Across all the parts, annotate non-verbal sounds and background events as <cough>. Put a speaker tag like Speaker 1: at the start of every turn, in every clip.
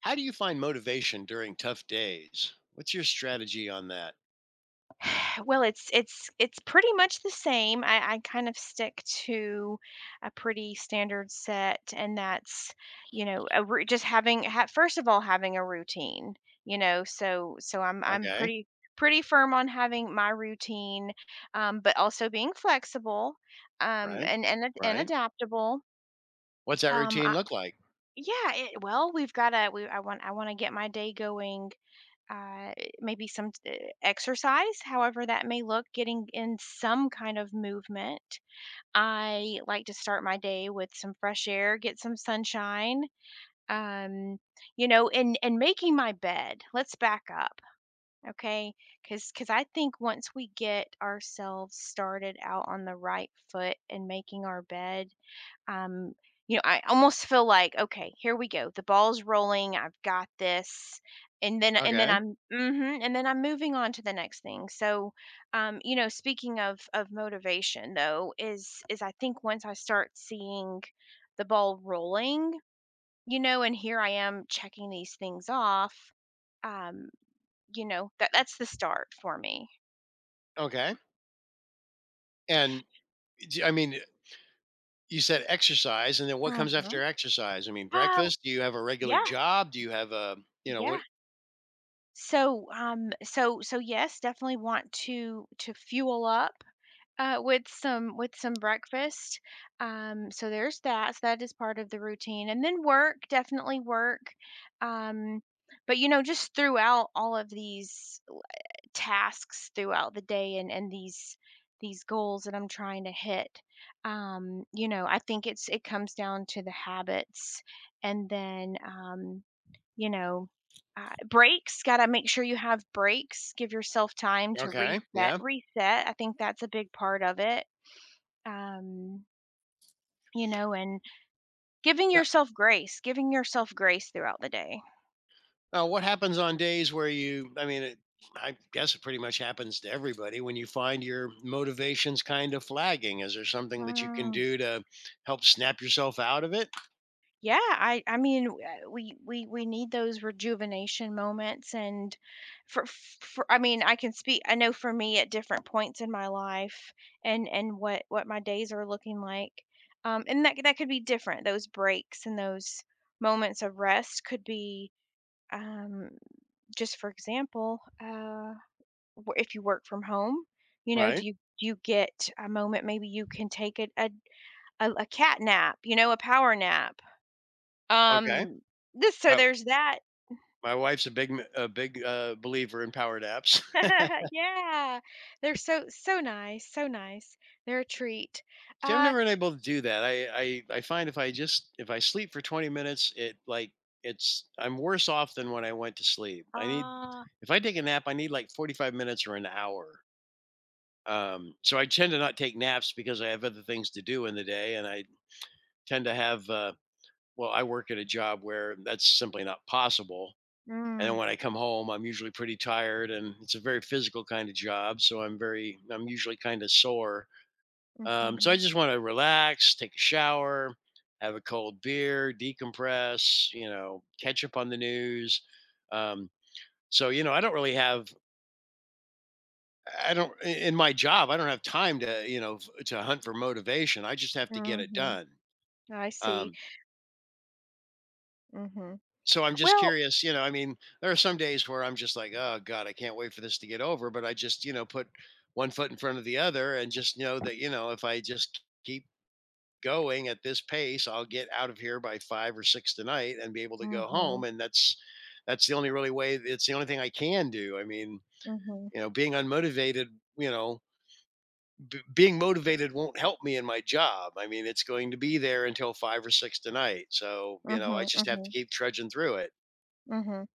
Speaker 1: How do you find motivation during tough days? What's your strategy on that?
Speaker 2: Well, it's pretty much the same. I kind of stick to a pretty standard set, and that's you know a, rou- just having ha- first of all having a routine. You know, so I'm
Speaker 1: Okay.
Speaker 2: pretty firm on having my routine, but also being flexible,
Speaker 1: Right.
Speaker 2: and
Speaker 1: Right.
Speaker 2: adaptable.
Speaker 1: What's that
Speaker 2: Um, I,
Speaker 1: routine look like?
Speaker 2: yeah, well, we've got to. We I want to get my day going, uh, maybe some, exercise, however that may look, getting in some kind of movement. I like to start my day with some fresh air, get some sunshine, um, and making my bed. Let's back up, okay? Because I think once we get ourselves started out on the right foot and making our bed, um, I almost feel like, okay, here we go. The ball's rolling. I've got this. And then, and then
Speaker 1: Okay.
Speaker 2: I'm, mhm, and then I'm moving on to the next thing. So, speaking of motivation, though, is I think once I start seeing the ball rolling, and here I am checking these things off, um, that's the start for me.
Speaker 1: Okay. And I mean, you said exercise, and then what comes
Speaker 2: hmm
Speaker 1: after exercise? I mean,
Speaker 2: Oh,
Speaker 1: breakfast? Do you have a regular
Speaker 2: yeah,
Speaker 1: job? Do you have a, you know,
Speaker 2: yeah.
Speaker 1: what?
Speaker 2: So, yes, definitely want to fuel up, with some breakfast. So there's that. So that is part of the routine, and then work, definitely work. Um, but you know, just throughout all of these tasks throughout the day, and these goals that I'm trying to hit. I think it comes down to the habits, and then, you know, breaks, gotta make sure you have breaks, give yourself time to
Speaker 1: Okay.
Speaker 2: reset
Speaker 1: Yeah.
Speaker 2: reset, I think that's a big part of it, um, and
Speaker 1: Now,
Speaker 2: giving yourself grace throughout the day.
Speaker 1: now, what happens on days where I mean, I guess it pretty much happens to everybody when you find your motivations kind of flagging. Is there something that you can
Speaker 2: Mm.
Speaker 1: do to help snap yourself out of it?
Speaker 2: Yeah, I mean, we need those rejuvenation moments, and for I mean, I can speak I know for me at different points in my life and what my days are looking like. And that could be different. Those breaks and those moments of rest could be, um just for example, if you work from home, you know, do
Speaker 1: Right.
Speaker 2: you get a moment? Maybe you can take a cat nap, you know, a power nap
Speaker 1: Okay.
Speaker 2: um, this So
Speaker 1: My
Speaker 2: there's that.
Speaker 1: my wife's a big believer in powered apps. <laughs>
Speaker 2: <laughs> Yeah, they're so, so nice, so nice. They're a treat.
Speaker 1: See, I've
Speaker 2: Uh
Speaker 1: never been able to do that. I find if I sleep for 20 minutes, it, like, it's I'm worse off than when I went to sleep. I need
Speaker 2: ah,
Speaker 1: if I take a nap, I need, like, 45 minutes or an hour. So I tend to not take naps because I have other things to do in the day, and I tend to have, well, I work at a job where that's simply not possible. And then
Speaker 2: mm,
Speaker 1: when I come home, I'm usually pretty tired, and it's a very physical kind of job, so I'm usually kind of sore. So I
Speaker 2: mhm,
Speaker 1: just want to relax, take a shower, have a cold beer, decompress, you know, catch up on the news. Um, so you know, I don't really have I don't I- in my job I don't have time to you know f- to hunt for motivation. I just have to get it
Speaker 2: mhm.
Speaker 1: done.
Speaker 2: I see.
Speaker 1: Um,
Speaker 2: Mhm.
Speaker 1: So I'm just
Speaker 2: Well,
Speaker 1: curious, you know, I mean, there are some days where I'm just like, "Oh god, I can't wait for this to get over," but I just, you know, put one foot in front of the other and just know that, you know, if I just keep going at this pace, I'll get out of here by 5 or 6 tonight and be able to go home,
Speaker 2: mhm,
Speaker 1: and that's the only really way. It's the only thing I can do. I mean,
Speaker 2: mhm,
Speaker 1: you know, being unmotivated, you know, being motivated won't help me in my job. I mean, it's going to be there until 5 or 6 tonight. So, you know, I
Speaker 2: mhm,
Speaker 1: just have to
Speaker 2: mhm,
Speaker 1: keep trudging through it,
Speaker 2: mhm.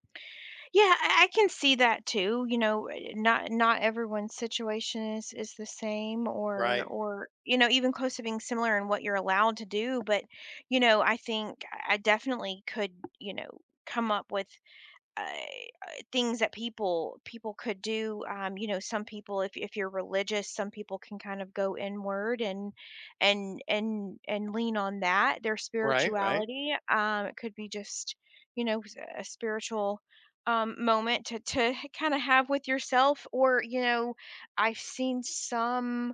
Speaker 2: Yeah, I can see that too. You know, not everyone's situation is the same or
Speaker 1: right?
Speaker 2: or you know, even close to being similar in what you're allowed to do, but you know, I think I definitely could, you know, come up with, uh, things that people could do, you know, some people, if you're religious, some people can kind of go inward and lean on that their
Speaker 1: Right, right,
Speaker 2: spirituality, it could be just, you know, a spiritual, moment to kind of have with yourself, or you know, I've seen some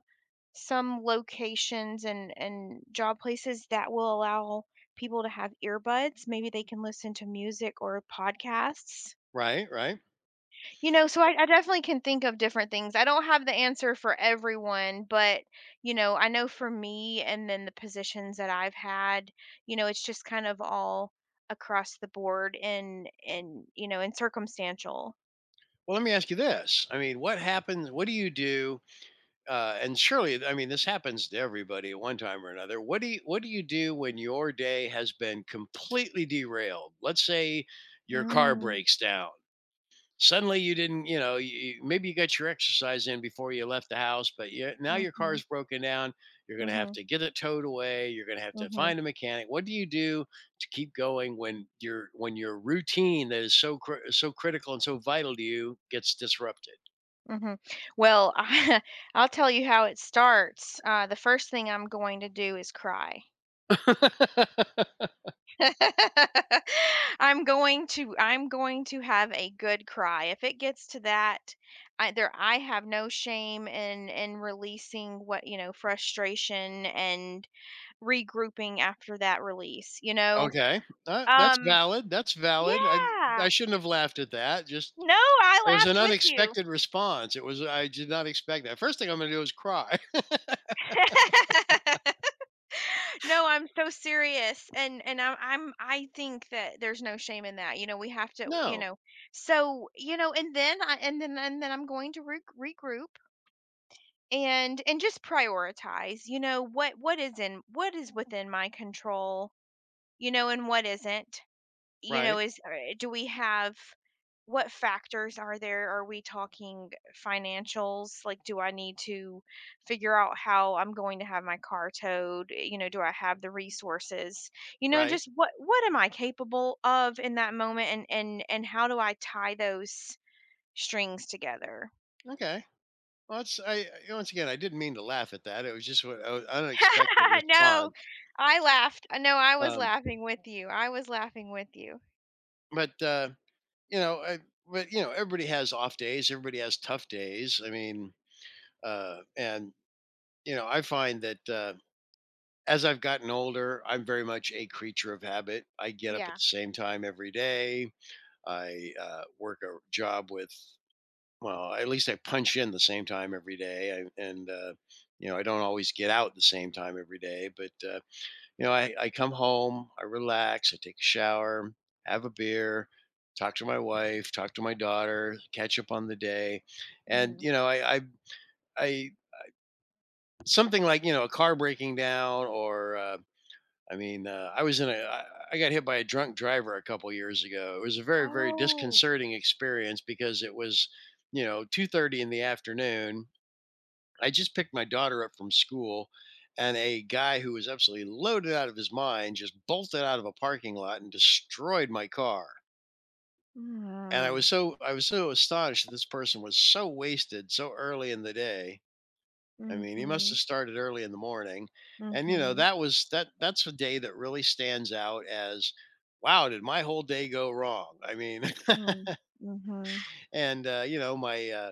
Speaker 2: some locations and job places that will allow people to have earbuds. Maybe they can listen to music or podcasts.
Speaker 1: right, right.
Speaker 2: You know, so I definitely can think of different things. I don't have the answer for everyone, but, you know, I know for me and then the positions that I've had, you know, it's just kind of all across the board, and circumstantial.
Speaker 1: Well, let me ask you this. I mean, what happens? What do you do? And surely, I mean, this happens to everybody at one time or another. What do you do when your day has been completely derailed? Let's say your car
Speaker 2: Mm.
Speaker 1: breaks down. Suddenly you didn't, you know, maybe you got your exercise in before you left the house, but now your
Speaker 2: Mhm.
Speaker 1: car's broken down. You're going to have
Speaker 2: Mhm.
Speaker 1: to get it towed away. You're going to have to
Speaker 2: Mhm.
Speaker 1: find a mechanic. What do you do to keep going when your routine that is so critical and so vital to you gets disrupted?
Speaker 2: Mhm. Well, <laughs> I'll tell you how it starts. The first thing I'm going to do is cry.
Speaker 1: <laughs>
Speaker 2: <laughs> I'm going to have a good cry. If it gets to that, I have no shame in releasing what, you know, frustration and regrouping after that release, you know?
Speaker 1: Okay, that's
Speaker 2: Um,
Speaker 1: valid. That's valid. I
Speaker 2: yeah.
Speaker 1: I shouldn't have laughed at that. Just
Speaker 2: No, I
Speaker 1: it was an
Speaker 2: laughed with you.
Speaker 1: unexpected response. It was I did not expect that. First thing I'm going to do is cry.
Speaker 2: <laughs> No, I'm so serious, and I think that there's no shame in that. You know, we have to, you
Speaker 1: <laughs> No,
Speaker 2: know, and then I'm going to regroup and just prioritize. You know, what is within my control, you know, and what isn't. You know,
Speaker 1: right,
Speaker 2: is or do we have what factors are there? Are we talking financials? Like, do I need to figure out how I'm going to have my car towed? You know, do I have the resources? You know,
Speaker 1: right.
Speaker 2: just what am I capable of in that moment, and how do I tie those strings together?
Speaker 1: Okay. Well, it's I once again, I didn't mean to laugh at that. It was just what a unexpected
Speaker 2: <laughs> No,
Speaker 1: response.
Speaker 2: I laughed. I know I was
Speaker 1: Um,
Speaker 2: laughing with you. I was laughing with you.
Speaker 1: but, you know, I but, you know, everybody has off days. Everybody has tough days. I mean, and, you know, I find that, as I've gotten older, I'm very much a creature of habit. I get up at
Speaker 2: Yeah.
Speaker 1: the same time every day. I, work a job with, well, at least I punch in the same time every day. I and, you know, I don't always get out the same time every day, but, uh, you know, I come home, I relax, I take a shower, have a beer, talk to my wife, talk to my daughter, catch up on the day. And,
Speaker 2: Mhm.
Speaker 1: you know, I something like, you know, a car breaking down, or, I mean, I was in a, I got hit by a drunk driver a couple years ago. It was a very, very
Speaker 2: Oh.
Speaker 1: disconcerting experience because it was, you know, 2:30 in the afternoon. I just picked my daughter up from school, and a guy who was absolutely loaded out of his mind just bolted out of a parking lot and destroyed my car. And
Speaker 2: Mm,
Speaker 1: I was so astonished that this person was so wasted so early in the day. I mean, he must
Speaker 2: mhm.
Speaker 1: have started early in the morning. And you know,
Speaker 2: Mhm,
Speaker 1: that's a day that really stands out as, wow, did my whole day go wrong? I mean,
Speaker 2: mm, mhm.
Speaker 1: <laughs> and you know,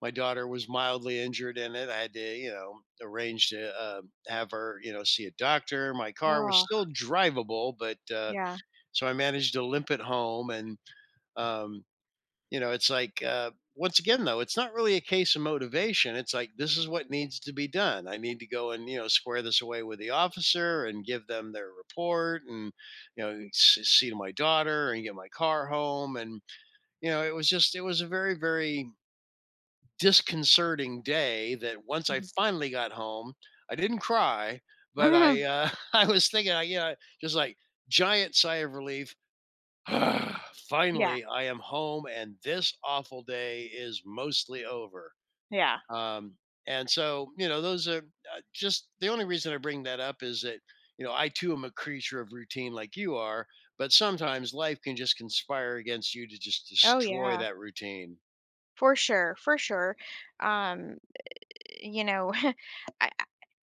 Speaker 1: my daughter was mildly injured in it. I had to, you know, arrange to have her, you know, see a doctor. My car was
Speaker 2: Oh,
Speaker 1: still drivable, but
Speaker 2: yeah,
Speaker 1: so I managed to limp it home. And, um, you know, it's like, once again, though, it's not really a case of motivation. It's like, this is what needs to be done. I need to go and, you know, square this away with the officer and give them their report and, you know, see to my daughter and get my car home. And, you know, it was just, it was a very, very disconcerting day that once I
Speaker 2: mhm.
Speaker 1: finally got home, I didn't cry, but I,
Speaker 2: <laughs>
Speaker 1: <laughs> I was thinking, I, you know, just like giant sigh of relief. <sighs>
Speaker 2: Yeah,
Speaker 1: Finally, I am home, and this awful day is mostly over.
Speaker 2: yeah.
Speaker 1: Um, and so, you know, those are, just the only reason I bring that up is that, you know, I too am a creature of routine, like you are. But sometimes life can just conspire against you to just
Speaker 2: Oh,
Speaker 1: destroy
Speaker 2: yeah,
Speaker 1: that routine,
Speaker 2: for sure, for sure. Um, you know, <laughs> I I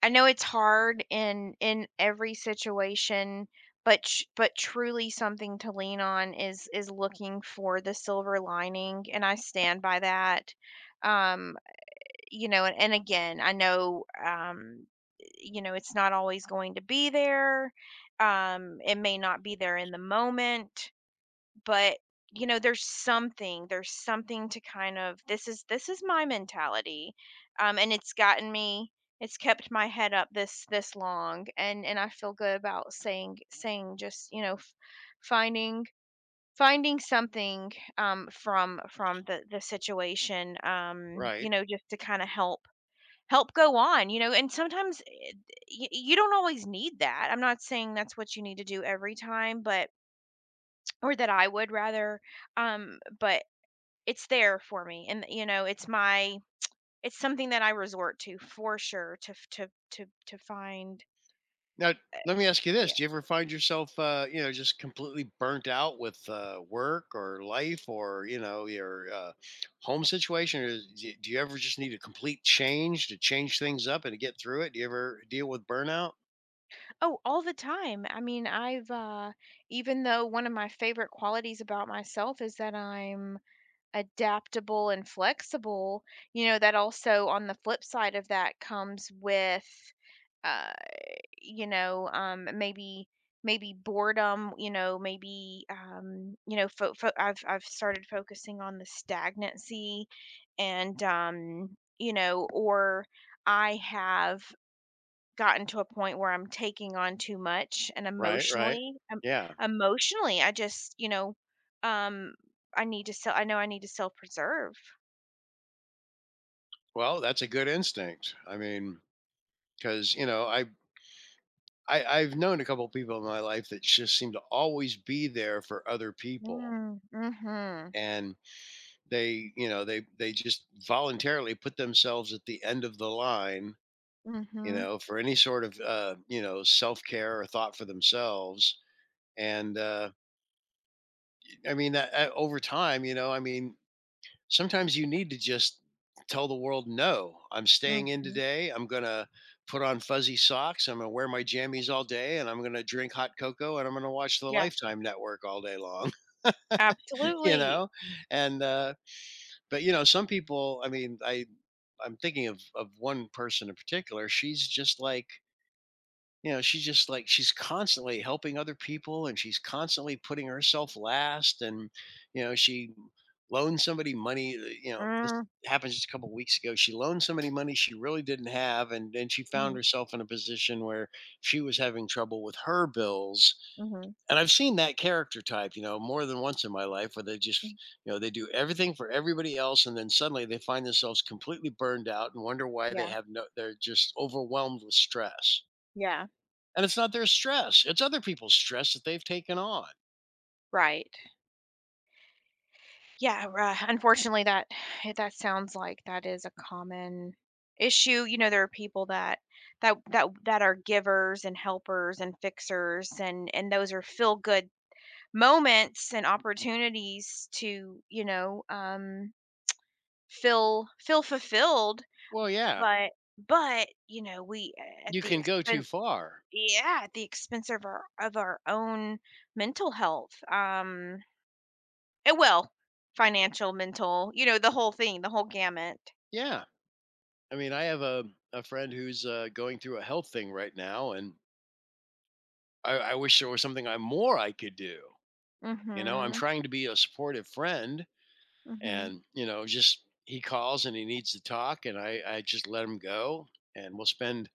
Speaker 2: I know it's hard in every situation, but sh but truly something to lean on is looking for the silver lining, and I stand by that. Um you know, and again, I know, you know, it's not always going to be there. It may not be there in the moment, but you know, there's something to kind of this is my mentality. And it's gotten me, it's kept my head up this long, and I feel good about saying just, you know, finding finding something, from the situation, you
Speaker 1: right?
Speaker 2: know, just to kind of help go on, you know, and sometimes you don't always need that. I'm not saying that's what you need to do every time, but or that I would rather, but it's there for me, and you know, it's my it's something that I resort to for sure, to f- to find.
Speaker 1: Now, let me ask you this:
Speaker 2: Yeah.
Speaker 1: do you ever find yourself, you know, just completely burnt out with, work or life, or you know, your, home situation? Or do you ever just need a complete change to change things up and to get through it? Do you ever deal with burnout?
Speaker 2: Oh, all the time. I mean, I've even though one of my favorite qualities about myself is that I'm adaptable and flexible, you know, that also on the flip side of that comes with, uh, you know, um, maybe maybe boredom, you know, maybe, I've started focusing on the stagnancy, and, you know, or I have gotten to a point where I'm taking on too much, and
Speaker 1: Right, right.
Speaker 2: emotionally,
Speaker 1: Yeah.
Speaker 2: emotionally, I just, you know, um, I need to sell. I know I need to self preserve.
Speaker 1: Well, that's a good instinct. I mean, because you know, I've known a couple people in my life that just seem to always be there for other people,
Speaker 2: Mm, mhm,
Speaker 1: and they, you know, they just voluntarily put themselves at the end of the line,
Speaker 2: mm
Speaker 1: you
Speaker 2: mhm,
Speaker 1: know, for any sort of, you know, self-care or thought for themselves. And I mean, that, over time, you know, I mean, sometimes you need to just tell the world, no, I'm
Speaker 2: mm
Speaker 1: staying in
Speaker 2: mhm.
Speaker 1: today. I'm gonna put on fuzzy socks. I'm gonna wear my jammies all day, and I'm gonna drink hot cocoa, and I'm gonna watch the
Speaker 2: Yeah,
Speaker 1: Lifetime Network all day long. <laughs> You
Speaker 2: absolutely.
Speaker 1: know, and but you know some people, I mean, I'm thinking of one person in particular. She's just like, you know, she's just like she's constantly helping other people, and she's constantly putting herself last. And you know, she loaned somebody money, you know, this
Speaker 2: Mm,
Speaker 1: happened just a couple weeks ago. She loaned somebody money she really didn't have, and then she found
Speaker 2: mhm,
Speaker 1: herself in a position where she was having trouble with her bills.
Speaker 2: mhm,
Speaker 1: And I've seen that character type, you know, more than once in my life where they just,
Speaker 2: mm.
Speaker 1: you know, they do everything for everybody else, and then suddenly they find themselves completely burned out and wonder why they
Speaker 2: Yeah,
Speaker 1: have no they're just overwhelmed with stress.
Speaker 2: yeah,
Speaker 1: And it's not their stress, it's other people's stress that they've taken on.
Speaker 2: right. Yeah, unfortunately, that <sighs> that sounds like that is a common issue. You know, there are people that are givers and helpers and fixers, and those are feel good moments and opportunities to, you know, feel fulfilled.
Speaker 1: Well, yeah,
Speaker 2: But but, you know, we a at
Speaker 1: you
Speaker 2: the
Speaker 1: can go too
Speaker 2: expense,
Speaker 1: far.
Speaker 2: yeah, at the expense of our own mental health, and well, financial, mental, you know, the whole thing, the whole gamut.
Speaker 1: Yeah. I mean, I have a friend who's, going through a health thing right now, and I wish there was something I more I could do. You know, I'm
Speaker 2: Mhm,
Speaker 1: trying to be a supportive friend,
Speaker 2: mhm,
Speaker 1: and you know, just, he calls and he needs to talk, and I just let him go, and we'll spend,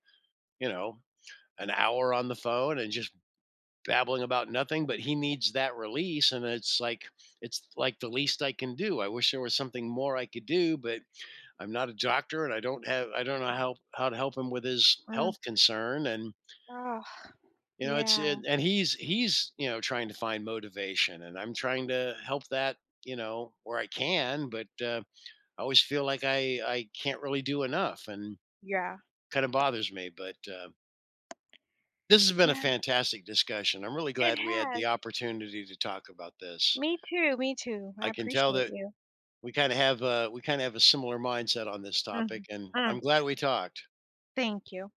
Speaker 1: you know, an hour on the phone and just babbling about nothing, but he needs that release. And it's like the least I can do. I wish there was something more I could do, but I'm not a doctor, and I don't know how to help him with his
Speaker 2: mm,
Speaker 1: health concern. And
Speaker 2: oh,
Speaker 1: you know
Speaker 2: yeah,
Speaker 1: and he's, you know, trying to find motivation, and I'm trying to help that, you know, where I can, but uh, I always feel like I can't really do enough, and
Speaker 2: yeah,
Speaker 1: kind of bothers me. But this has been a
Speaker 2: yeah,
Speaker 1: fantastic discussion. I'm really
Speaker 2: it
Speaker 1: glad we had
Speaker 2: has.
Speaker 1: the opportunity to talk about this.
Speaker 2: Me too, I
Speaker 1: I can tell
Speaker 2: appreciate
Speaker 1: that
Speaker 2: you.
Speaker 1: we kind of have a similar mindset on this
Speaker 2: Mhm,
Speaker 1: topic, and
Speaker 2: mm,
Speaker 1: I'm glad we talked.
Speaker 2: thank you.